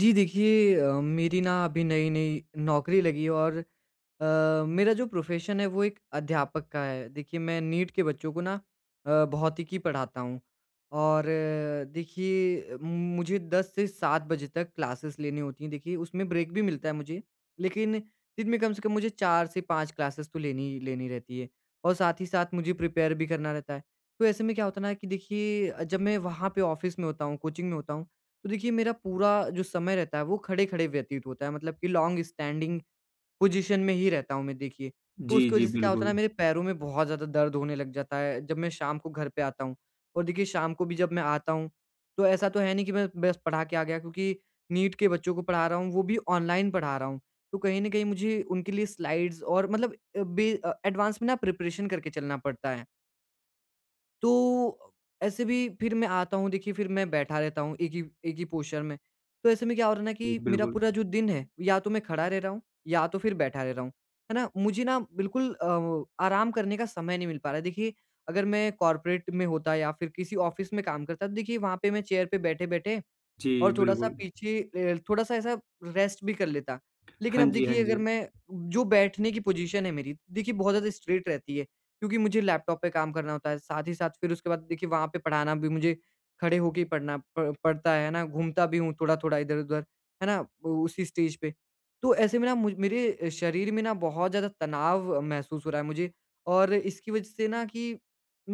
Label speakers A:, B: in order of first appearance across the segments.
A: जी देखिए, मेरी ना अभी नई-नई नौकरी लगी है और मेरा जो प्रोफ़ेशन है वो एक अध्यापक का है। देखिए मैं नीट के बच्चों को ना भौतिकी पढ़ाता हूँ और देखिए मुझे 10 से 7 बजे तक क्लासेस लेनी होती हैं। देखिए उसमें ब्रेक भी मिलता है मुझे, लेकिन दिन में कम से कम मुझे 4 से 5 क्लासेस तो लेनी ही लेनी रहती है और साथ ही साथ मुझे प्रिपेयर भी करना रहता है। तो ऐसे में क्या होता है ना कि देखिए जब मैं वहाँ पे ऑफ़िस में होता हूँ, कोचिंग में होता हूँ, तो देखिए मेरा पूरा जो समय रहता है वो खड़े-खड़े व्यतीत होता है, मतलब कि लॉन्ग स्टैंडिंग पोज़ीशन में ही रहता हूँ मैं देखिए। तो
B: जी,
A: उसकी
B: जी,
A: वज़ह से क्या होता है
B: बिल्कुल।
A: ना, मेरे पैरों में बहुत ज़्यादा दर्द होने लग जाता है जब मैं शाम को घर पे आता हूँ। और देखिए शाम को भी जब मैं आता हूँ, तो ऐसा तो है नहीं कि मैं बस पढ़ा के आ गया, क्योंकि नीट के बच्चों को पढ़ा रहा हूँ वो भी ऑनलाइन पढ़ा रहा हूँ। तो कहीं न कहीं मुझे उनके लिए स्लाइड्स और मतलब एडवांस में ना प्रिपरेशन करके चलना पड़ता है। तो ऐसे भी फिर मैं आता हूँ देखिए, फिर मैं बैठा रहता हूँ एक ही पोस्चर में। तो ऐसे में क्या हो रहा है ना,
B: जी,
A: कि मेरा
B: बिल्कुल।
A: पूरा जो दिन है, या तो मैं खड़ा रह रहा हूँ या तो फिर बैठा रह रहा हूँ। है ना? मुझे ना बिल्कुल आराम करने का समय नहीं मिल पा रहा है। देखिए अगर मैं कॉर्पोरेट में होता या फिर किसी ऑफ़िस में काम करता, तो देखिए वहाँ पे मैं चेयर पे बैठे-बैठे
B: जी,
A: और थोड़ा-सा
B: बिल्कुल।
A: पीछे, थोड़ा-सा ऐसा रेस्ट भी कर लेता। लेकिन
B: हाँ
A: अब
B: जी, हाँ
A: देखिए, अगर
B: जी।
A: मैं जो बैठने की पोज़ीशन है मेरी, देखिए बहुत ज़्यादा स्ट्रेट रहती है, क्योंकि मुझे लैपटॉप पे काम करना होता है। साथ ही साथ फिर उसके बाद देखिए, वहाँ पे पढ़ाना भी मुझे खड़े होके ही पढ़ना प पड़ता है ना? घूमता भी हूँ थोड़ा-थोड़ा इधर-उधर, है ना? उसी स्टेज पे। तो ऐसे में ना, मुझ मेरे शरीर में ना बहुत ज़्यादा तनाव महसूस हो रहा है मुझे, और इसकी वज़ह से ना कि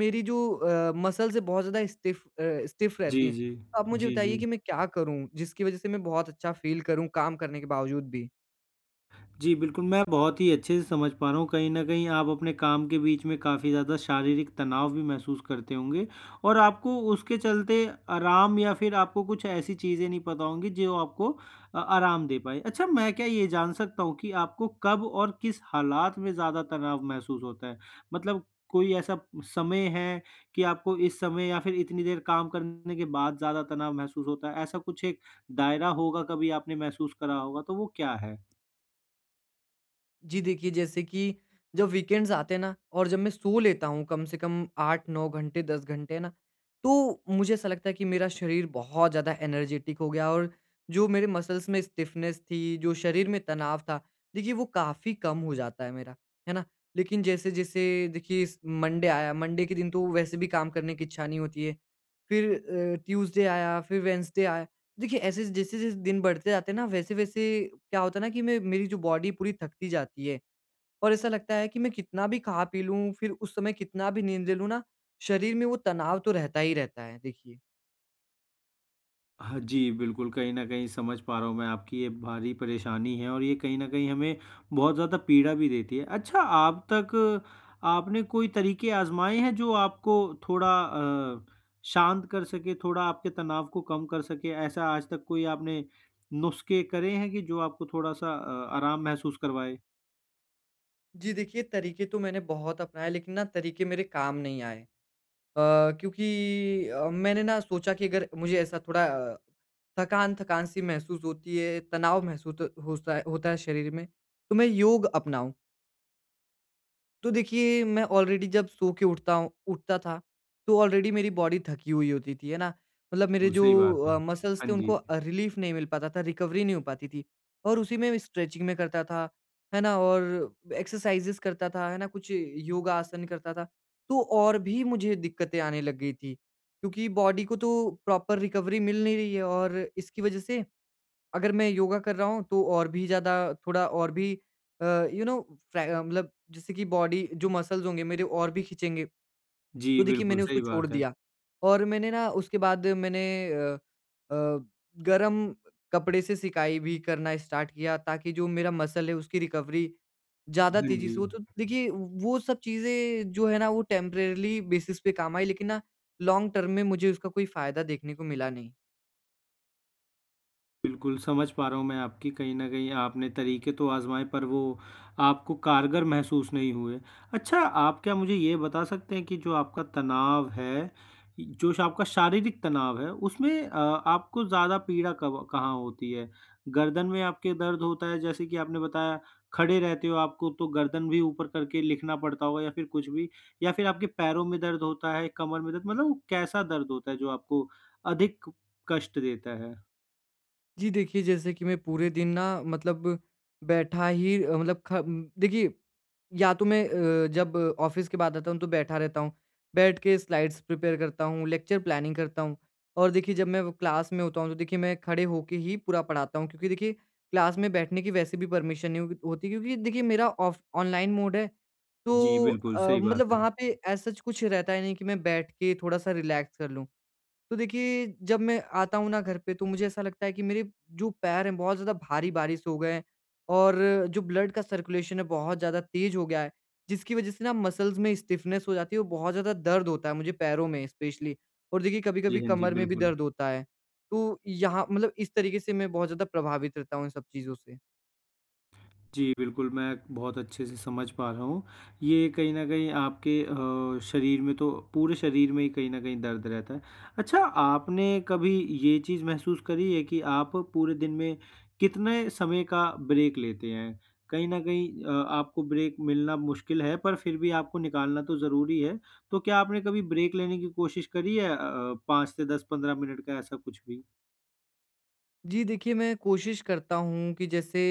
A: मेरी जो मसल्स है, बहुत ज़्यादा स्टिफ़
B: जी,
A: रहती हैं।
B: जी।
A: आप मुझे
B: जी, जी।
A: बताइए कि मैं क्या करूँ, जिसकी वज़ह से मैं बहुत अच्छा फ़ील करूँ काम करने के बावजूद भी?
B: जी, बिल्कुल, मैं बहुत ही अच्छे से समझ पा रहा हूँ। कहीं न कहीं आप अपने काम के बीच में काफ़ी ज़्यादा शारीरिक तनाव भी महसूस करते होंगे और आपको उसके चलते आराम या फिर आपको कुछ ऐसी चीज़ें नहीं पता होंगी जो आपको आराम दे पाएँ। अच्छा, मैं क्या ये जान सकता हूँ कि आपको कब और किस हालात में ज़्यादा तनाव महसूस होता है? मतलब कोई ऐसा समय है कि आपको इस समय या फिर इतनी देर काम करने के बाद ज़्यादा तनाव महसूस होता है? ऐसा कुछ एक दायरा होगा, कभी आपने महसूस करा होगा, तो वो क्या है?
A: जी देखिए, जैसे कि जब वीकेंड्स आते हैं ना, और जब मैं सो लेता हूँ कम से कम 8-9 घंटे, 10 घंटे ना, तो मुझे ऐसा लगता है कि मेरा शरीर बहुत ज़्यादा एनर्जेटिक हो गया, और जो मेरे मसल्स में स्टिफनेस थी, जो शरीर में तनाव था, देखिए वो काफ़ी कम हो जाता है मेरा, है ना? लेकिन जैसे-जैसे देखिए इस मंडे आया, मंडे के दिन तो वैसे भी काम करने की इच्छा नहीं होती है। फिर ट्यूज़डे आया, फिर वेडनेसडे आया। देखिए, ऐसे जैसे-जैसे दिन बढ़ते जाते हैं ना, वैसे-वैसे क्या होता है ना, कि मैं मेरी जो बॉडी पूरी थकती जाती है, और ऐसा लगता है कि मैं कितना भी खा पी लूँ, फिर उस समय कितना भी नींद ले लूँ ना, शरीर में वो तनाव तो रहता ही रहता है, देखिए।
B: हाँ जी, बिल्कुल, कहीं न कहीं समझ पा रहा हूँ मैं आपकी, ये भारी परेशानी है और ये कहीं न कहीं हमें बहुत ज़्यादा पीड़ा भी देती है। अच्छा, आप तक आपने कोई तरीके आज़माए हैं जो आपको थोड़ा शांत कर सके, थोड़ा आपके तनाव को कम कर सके? ऐसा आज तक कोई आपने नुस्खे करे हैं कि जो आपको थोड़ा-सा आराम महसूस करवाए?
A: जी, देखिए, तरीके तो मैंने बहुत अपनाए, लेकिन ना तरीके मेरे काम नहीं आए। अ, क्योंकि मैंने ना सोचा कि अगर मुझे ऐसा थोड़ा थकान-थकान सी महसूस होती है, तनाव महसूस होता है शरीर में, तो मैं योग अपनाऊँ। तो देखिए मैं ऑलरेडी जब सो के उठता था, तो ऑलरेडी मेरी बॉडी थकी हुई होती थी, है ना? मतलब मेरे
B: बिल्कुल,
A: जो
B: सही बात है।
A: मसल्स थे,
B: हाँ
A: उनको
B: जी।
A: रिलीफ़ नहीं मिल पाता था, रिकवरी नहीं हो पाती थी, और उसी में स्ट्रेचिंग में करता था, है ना? और एक्सरसाइज़ेज़ करता था, है ना? कुछ योगा आसन करता था, तो और भी मुझे दिक्कतें आने लग गई थी, क्योंकि बॉडी को तो प्रॉपर रिकवरी मिल नहीं रही है, और इसकी वज़ह से अगर मैं योगा कर रहा हूँ तो और भी ज़्यादा, थोड़ा और भी अ, यू नो फ्रै मतलब जैसे कि बॉडी जो मसल्स होंगे मेरे और भी खींचेंगे।
B: जी,
A: तो देखिए
B: बिल्कुल,
A: मैंने उसको
B: सही
A: छोड़
B: बात है।
A: दिया, और मैंने ना उसके बाद मैंने अ अ, गरम कपड़े से सिकाई भी करना स्टार्ट किया, ताकि जो मेरा मसल है उसकी रिकवरी ज़्यादा
B: हाँ
A: तेज़ी
B: जी।
A: से हो। तो देखिए वो सब चीज़ें जो है ना, वो टेम्परेरीली बेसिस पे काम आई, लेकिन ना लॉन्ग टर्म में मुझे उसका कोई फ़ायदा देखने को मिला नहीं।
B: बिल्कुल, समझ पा रहा हूँ मैं आपकी, कहीं न कहीं आपने तरीके तो आज़माए पर वो आपको कारगर महसूस नहीं हुए। अच्छा, आप क्या मुझे ये बता सकते हैं कि जो आपका तनाव है, जो आपका शारीरिक तनाव है उसमें आपको ज़्यादा पीड़ा कब कहाँ होती है? गर्दन में आपके दर्द होता है, जैसे कि आपने बताया, खड़े रहते हो आपको तो गर्दन भी ऊपर करके लिखना पड़ता होगा या फिर कुछ भी? या फिर आपके पैरों में दर्द होता है, कमर में दर्द, मतलब वो कैसा दर्द होता है जो आपको अधिक कष्ट देता है?
A: जी, देखिए जैसे कि मैं पूरे दिन ना मतलब बैठा ही देखिए या तो मैं जब ऑफ़िस के बाद आता हूँ तो बैठा रहता हूँ। बैठ के स्लाइड्स प्रिपेयर करता हूँ, लेक्चर प्लानिंग करता हूँ, और देखिए जब मैं वो क्लास में होता हूँ, तो देखिए मैं खड़े होके ही पूरा पढ़ाता हूँ, क्योंकि देखिए क्लास में बैठने की वैसे भी परमिशन नहीं होगी होती, क्योंकि देखिए मेरा ऑफ ऑनलाइन मोड है।
B: जी,
A: तो
B: बिल्कुल, सही
A: मतलब
B: बात है।
A: वहाँ पे एज़ सच कुछ रहता ही नहीं कि मैं बैठ के थोड़ा-सा रिलैक्स कर लूँ। तो देखिए, जब मैं आता हूँ ना घर पे, तो मुझे ऐसा लगता है कि मेरे जो पैर हैं बहुत ज़्यादा भारी-भारी से हो गए हैं, और जो ब्लड का सर्कुलेशन है बहुत ज़्यादा तेज़ हो गया है, जिसकी वज़ह से ना मसल्स में स्टिफनेस हो जाती है, और बहुत ज़्यादा दर्द होता है मुझे पैरों में स्पेशली, और देखिए
B: जी,
A: कभी-कभी
B: हाँ जी,
A: कमर में भी
B: बिल्कुल।
A: दर्द होता है। तो यहाँ मतलब इस तरीके से मैं बहुत ज़्यादा प्रभावित रहता हूँ इन सब चीज़ों से।
B: जी, बिल्कुल, मैं बहुत अच्छे से समझ पा रहा हूँ। ये कहीं न कहीं आपके शरीर में, तो पूरे शरीर में ही कहीं न कहीं दर्द रहता है। अच्छा, आपने कभी ये चीज़ महसूस करी है कि आप पूरे दिन में कितने समय का ब्रेक लेते हैं? कहीं न कहीं आपको ब्रेक मिलना मुश्किल है, पर फिर भी आपको निकालना तो ज़रूरी है। तो क्या आपने कभी ब्रेक लेने की कोशिश करी है, 5 से 10-15 मिनट का, ऐसा कुछ भी?
A: जी, देखिए मैं कोशिश करता हूँ कि जैसे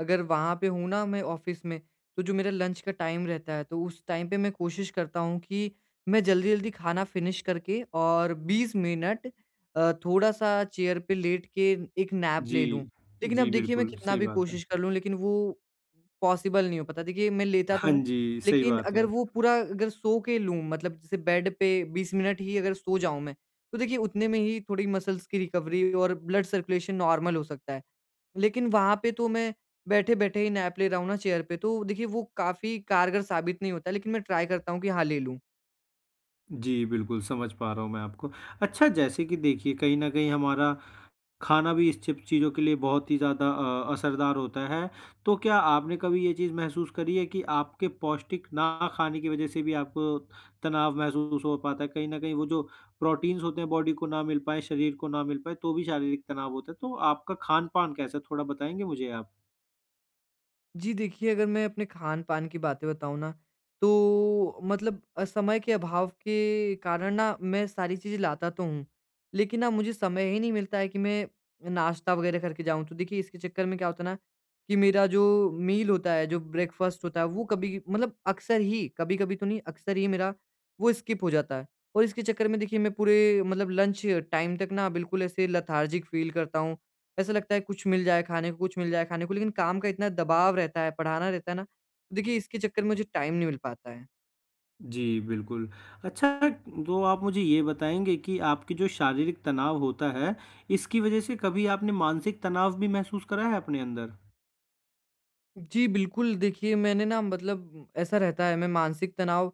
A: अगर वहाँ पे हूँ ना मैं ऑफ़िस में, तो जो मेरा लंच का टाइम रहता है, तो उस टाइम पे मैं कोशिश करता हूँ कि मैं जल्दी-जल्दी खाना फ़िनिश करके और 20 मिनट थोड़ा-सा चेयर पे लेट के एक नैप
B: जी,
A: ले लूँ। लेकिन अब
B: जी,
A: देखिए मैं
B: बिल्कुल,
A: कितना
B: सही
A: भी
B: बात है।
A: कोशिश कर लूँ, लेकिन वो पॉसिबल नहीं हो पाता। देखिए मैं लेता तो
B: हाँ
A: हूँ,
B: जी, सही
A: लेकिन
B: बात है।
A: अगर वो पूरा अगर सो के लूँ, मतलब जैसे बेड पे 20 मिनट ही अगर सो जाऊँ मैं, तो देखिए उतने में ही थोड़ी मसल्स की रिकवरी और ब्लड सर्कुलेशन नॉर्मल हो सकता है। लेकिन वहाँ पे तो मैं बैठे-बैठे ही नैप ले रहा हूँ ना चेयर पे, तो देखिए वो काफ़ी कारगर साबित नहीं होता है, लेकिन मैं ट्राई करता हूँ कि हाँ, ले लूँ।
B: जी, बिल्कुल, समझ पा रहा हूँ मैं आपको। अच्छा, जैसे कि देखिए, कहीं न कहीं हमारा खाना भी इस चिप चीज़ों के लिए बहुत ही ज़्यादा असरदार होता है। तो क्या आपने कभी ये चीज़ महसूस करी है कि आपके पौष्टिक ना खाने की वज़ह से भी आपको तनाव महसूस हो पाता है? कहीं न कहीं वो जो प्रोटीन्स होते हैं बॉडी को ना मिल पाएँ, शरीर को ना मिल पाएँ, तो भी शारीरिक तनाव होता है। तो आपका खान-पान कैसा है? थोड़ा बताएँगे मुझे आप?
A: जी, देखिए अगर मैं अपने खान-पान की बातें बताऊँ ना, तो मतलब समय के अभाव के कारण ना मैं सारी चीज़ें लाता तो हूँ, लेकिन ना मुझे समय ही नहीं मिलता है कि मैं नाश्ता वगैरह करके जाऊँ। तो देखिए इसके चक्कर में क्या होता है ना, कि मेरा जो मील होता है, जो ब्रेकफ़ास्ट होता है, वो कभी मतलब अक्सर ही, कभी-कभी तो नहीं, अक्सर ही मेरा वो स्किप हो जाता है। और इसके चक्कर में देखिए मैं पूरे मतलब लंच टाइम तक ना बिल्कुल ऐसे लेथार्जिक फ़ील करता हूँ, ऐसा लगता है कुछ मिल जाए खाने को, कुछ मिल जाए खाने को, लेकिन काम का इतना दबाव रहता है, पढ़ाना रहता है ना, तो देखिए इसके चक्कर में मुझे टाइम नहीं मिल पाता है।
B: जी, बिल्कुल। अच्छा, तो आप मुझे ये बताएँगे कि आपकी जो शारीरिक तनाव होता है, इसकी वजह से कभी आपने मानसिक तनाव भी महसूस करा है अपने अंदर?
A: जी, बिल्कुल, देखिए मैंने ना मतलब ऐसा रहता है मैं मानसिक तनाव,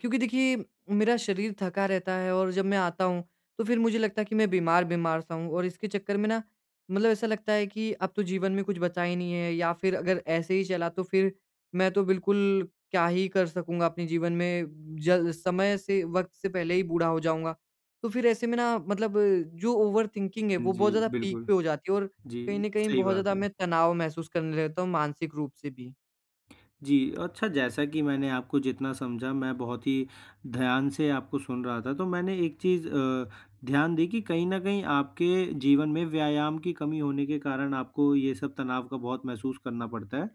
A: क्योंकि देखिए मेरा शरीर थका रहता है, और जब मैं आता हूँ, तो फिर मुझे लगता है कि मैं बीमार-बीमार सा हूँ, और इसके चक्कर में ना मतलब ऐसा लगता है कि अब तो जीवन में कुछ बचा ही नहीं है, या फिर अगर ऐसे ही चला तो फिर मैं तो बिल्कुल क्या ही कर सकूँगा अपने जीवन में, जल समय से वक़्त से पहले ही बूढ़ा हो जाऊँगा। तो फिर ऐसे में ना मतलब जो ओवर थिंकिंग है वो
B: जी,
A: बहुत ज़्यादा पीक
B: बिल्कुल।
A: पे हो जाती है, और
B: जी,
A: कहीं न कहीं
B: सही
A: बहुत
B: बात
A: ज़्यादा
B: है।
A: मैं तनाव महसूस करने लगता हूँ मानसिक रूप से भी।
B: जी, अच्छा, जैसा कि मैंने आपको जितना समझा, मैं बहुत ही ध्यान से आपको सुन रहा था, तो मैंने एक चीज़ ध्यान दी कि कहीं न कहीं आपके जीवन में व्यायाम की कमी होने के कारण आपको ये सब तनाव का बहुत महसूस करना पड़ता है।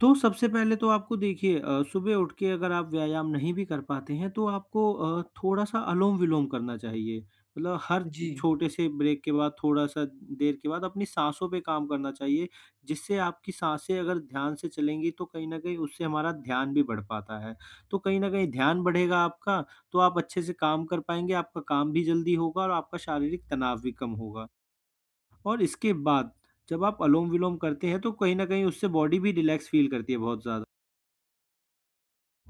B: तो सबसे पहले तो आपको देखिए, सुबह उठ के अगर आप व्यायाम नहीं भी कर पाते हैं, तो आपको थोड़ा-सा अलोम-विलोम करना चाहिए। मतलब हर
A: जी,
B: छोटे से ब्रेक के बाद, थोड़ा-सा देर के बाद अपनी साँसों पे काम करना चाहिए, जिससे आपकी साँसें अगर ध्यान से चलेंगी, तो कहीं न कहीं उससे हमारा ध्यान भी बढ़ पाता है। तो कहीं न कहीं ध्यान बढ़ेगा आपका, तो आप अच्छे से काम कर पाएँगे, आपका काम भी जल्दी होगा और आपका शारीरिक तनाव भी कम होगा। और इसके बाद जब आप अलोम-विलोम करते हैं, तो कहीं न कहीं उससे बॉडी भी रिलैक्स फ़ील करती है बहुत ज़्यादा।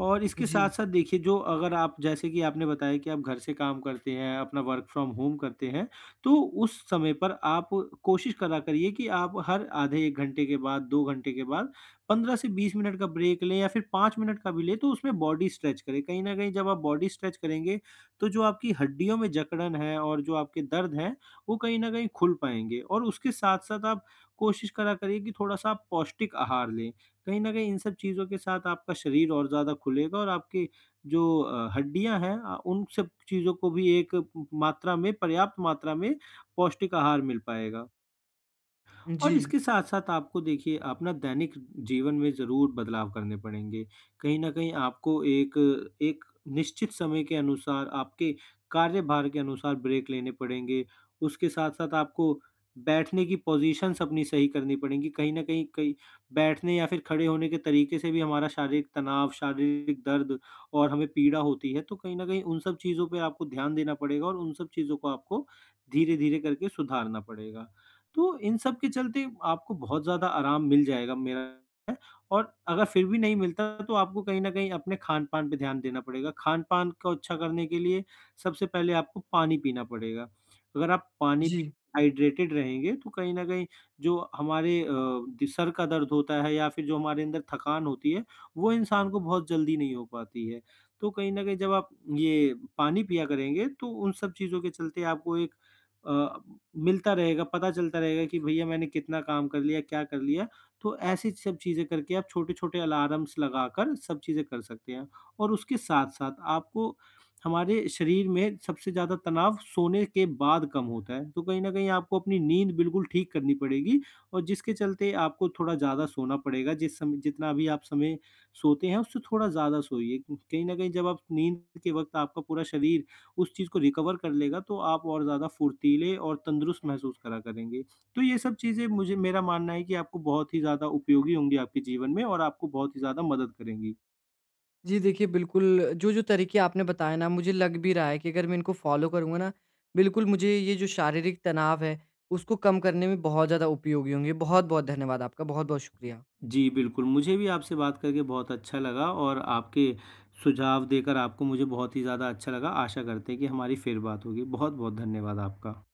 B: और इसके
A: जी,
B: साथ-साथ देखिए, जो अगर आप, जैसे कि आपने बताया कि आप घर से काम करते हैं, अपना वर्क फ्रॉम होम करते हैं, तो उस समय पर आप कोशिश करा करिए कि आप हर आधे 1 घंटे के बाद, 2 घंटे के बाद 15 से 20 मिनट का ब्रेक लें, या फिर 5 मिनट का भी लें, तो उसमें बॉडी स्ट्रेच करें। कहीं न कहीं जब आप बॉडी स्ट्रेच करेंगे, तो जो आपकी हड्डियों में जकड़न है और जो आपके दर्द हैं, वो कहीं न कहीं खुल पाएँगे, और उसके साथ-साथ आप कोशिश करा करिए कि थोड़ा-सा आप पौष्टिक आहार लें। कहीं न कहीं इन सब चीज़ों के साथ आपका शरीर और ज़्यादा खुलेगा और आपकी जो हड्डियाँ हैं, उन सब चीज़ों को भी एक मात्रा में, पर्याप्त मात्रा में पौष्टिक आहार मिल पाएगा। और
A: जी,
B: इसके साथ-साथ आपको देखिए, आप ना दैनिक जीवन में ज़रूर बदलाव करने पड़ेंगे। कहीं न कहीं आपको एक एक निश्चित समय के अनुसार, आपके कार्यभार के अनुसार ब्रेक लेने पड़ेंगे। उसके साथ-साथ आपको बैठने की पोज़ीशन्स अपनी सही करनी पड़ेंगी। कहीं न कहीं कई बैठने या फिर खड़े होने के तरीके से भी हमारा शारीरिक तनाव, शारीरिक दर्द और हमें पीड़ा होती है। तो कहीं न कहीं उन सब चीज़ों पे आपको ध्यान देना पड़ेगा और उन सब चीज़ों को आपको धीरे-धीरे करके सुधारना पड़ेगा। तो इन सब के चलते आपको बहुत ज़्यादा आराम मिल जाएगा, मेरा है। और अगर फिर भी नहीं मिलता, तो आपको कहीं न कहीं अपने खान-पान पे ध्यान देना पड़ेगा। खान-पान को अच्छा करने के लिए सबसे पहले आपको पानी पीना पड़ेगा। अगर आप पानी
A: जी।
B: पी हाइड्रेटेड रहेंगे, तो कहीं न कहीं जो हमारे दि सर का दर्द होता है, या फिर जो हमारे अंदर थकान होती है, वो इंसान को बहुत जल्दी नहीं हो पाती है। तो कहीं न कहीं जब आप ये पानी पिया करेंगे, तो उन सब चीज़ों के चलते आपको एक अ, मिलता रहेगा, पता चलता रहेगा कि भैया मैंने कितना काम कर लिया, क्या कर लिया। तो ऐसी सब चीज़ें करके आप छोटे-छोटे अलार्म्स लगाकर सब चीज़ें कर सकते हैं। और उसके साथ-साथ आपको, हमारे शरीर में सबसे ज़्यादा तनाव सोने के बाद कम होता है। तो कहीं न कहीं आपको अपनी नींद बिल्कुल ठीक करनी पड़ेगी, और जिसके चलते आपको थोड़ा ज़्यादा सोना पड़ेगा। जिस समय जितना भी आप समय सोते हैं, उससे थोड़ा ज़्यादा सोइए। कहीं न कहीं जब आप नींद के वक़्त, आपका पूरा शरीर उस चीज़ को रिकवर कर लेगा, तो आप और ज़्यादा फुर्तीले और तंदुरुस्त महसूस करा करेंगे। तो ये सब चीज़ें, मुझे मेरा मानना है कि आपको बहुत ही ज़्यादा उपयोगी होंगी आपके जीवन में, और आपको बहुत ही ज़्यादा मदद करेंगी।
A: जी, देखिए बिल्कुल, जो-जो तरीके आपने बताए ना, मुझे लग भी रहा है कि अगर मैं इनको फ़ॉलो करूँगा ना, बिल्कुल मुझे ये जो शारीरिक तनाव है, उसको कम करने में बहुत ज़्यादा उपयोगी होंगे। बहुत-बहुत धन्यवाद आपका, बहुत-बहुत शुक्रिया।
B: जी, बिल्कुल, मुझे भी आपसे बात करके बहुत अच्छा लगा, और आपके सुझाव देकर आपको, मुझे बहुत ही ज़्यादा अच्छा लगा। आशा करते हैं कि हमारी फिर बात होगी। बहुत-बहुत धन्यवाद आपका।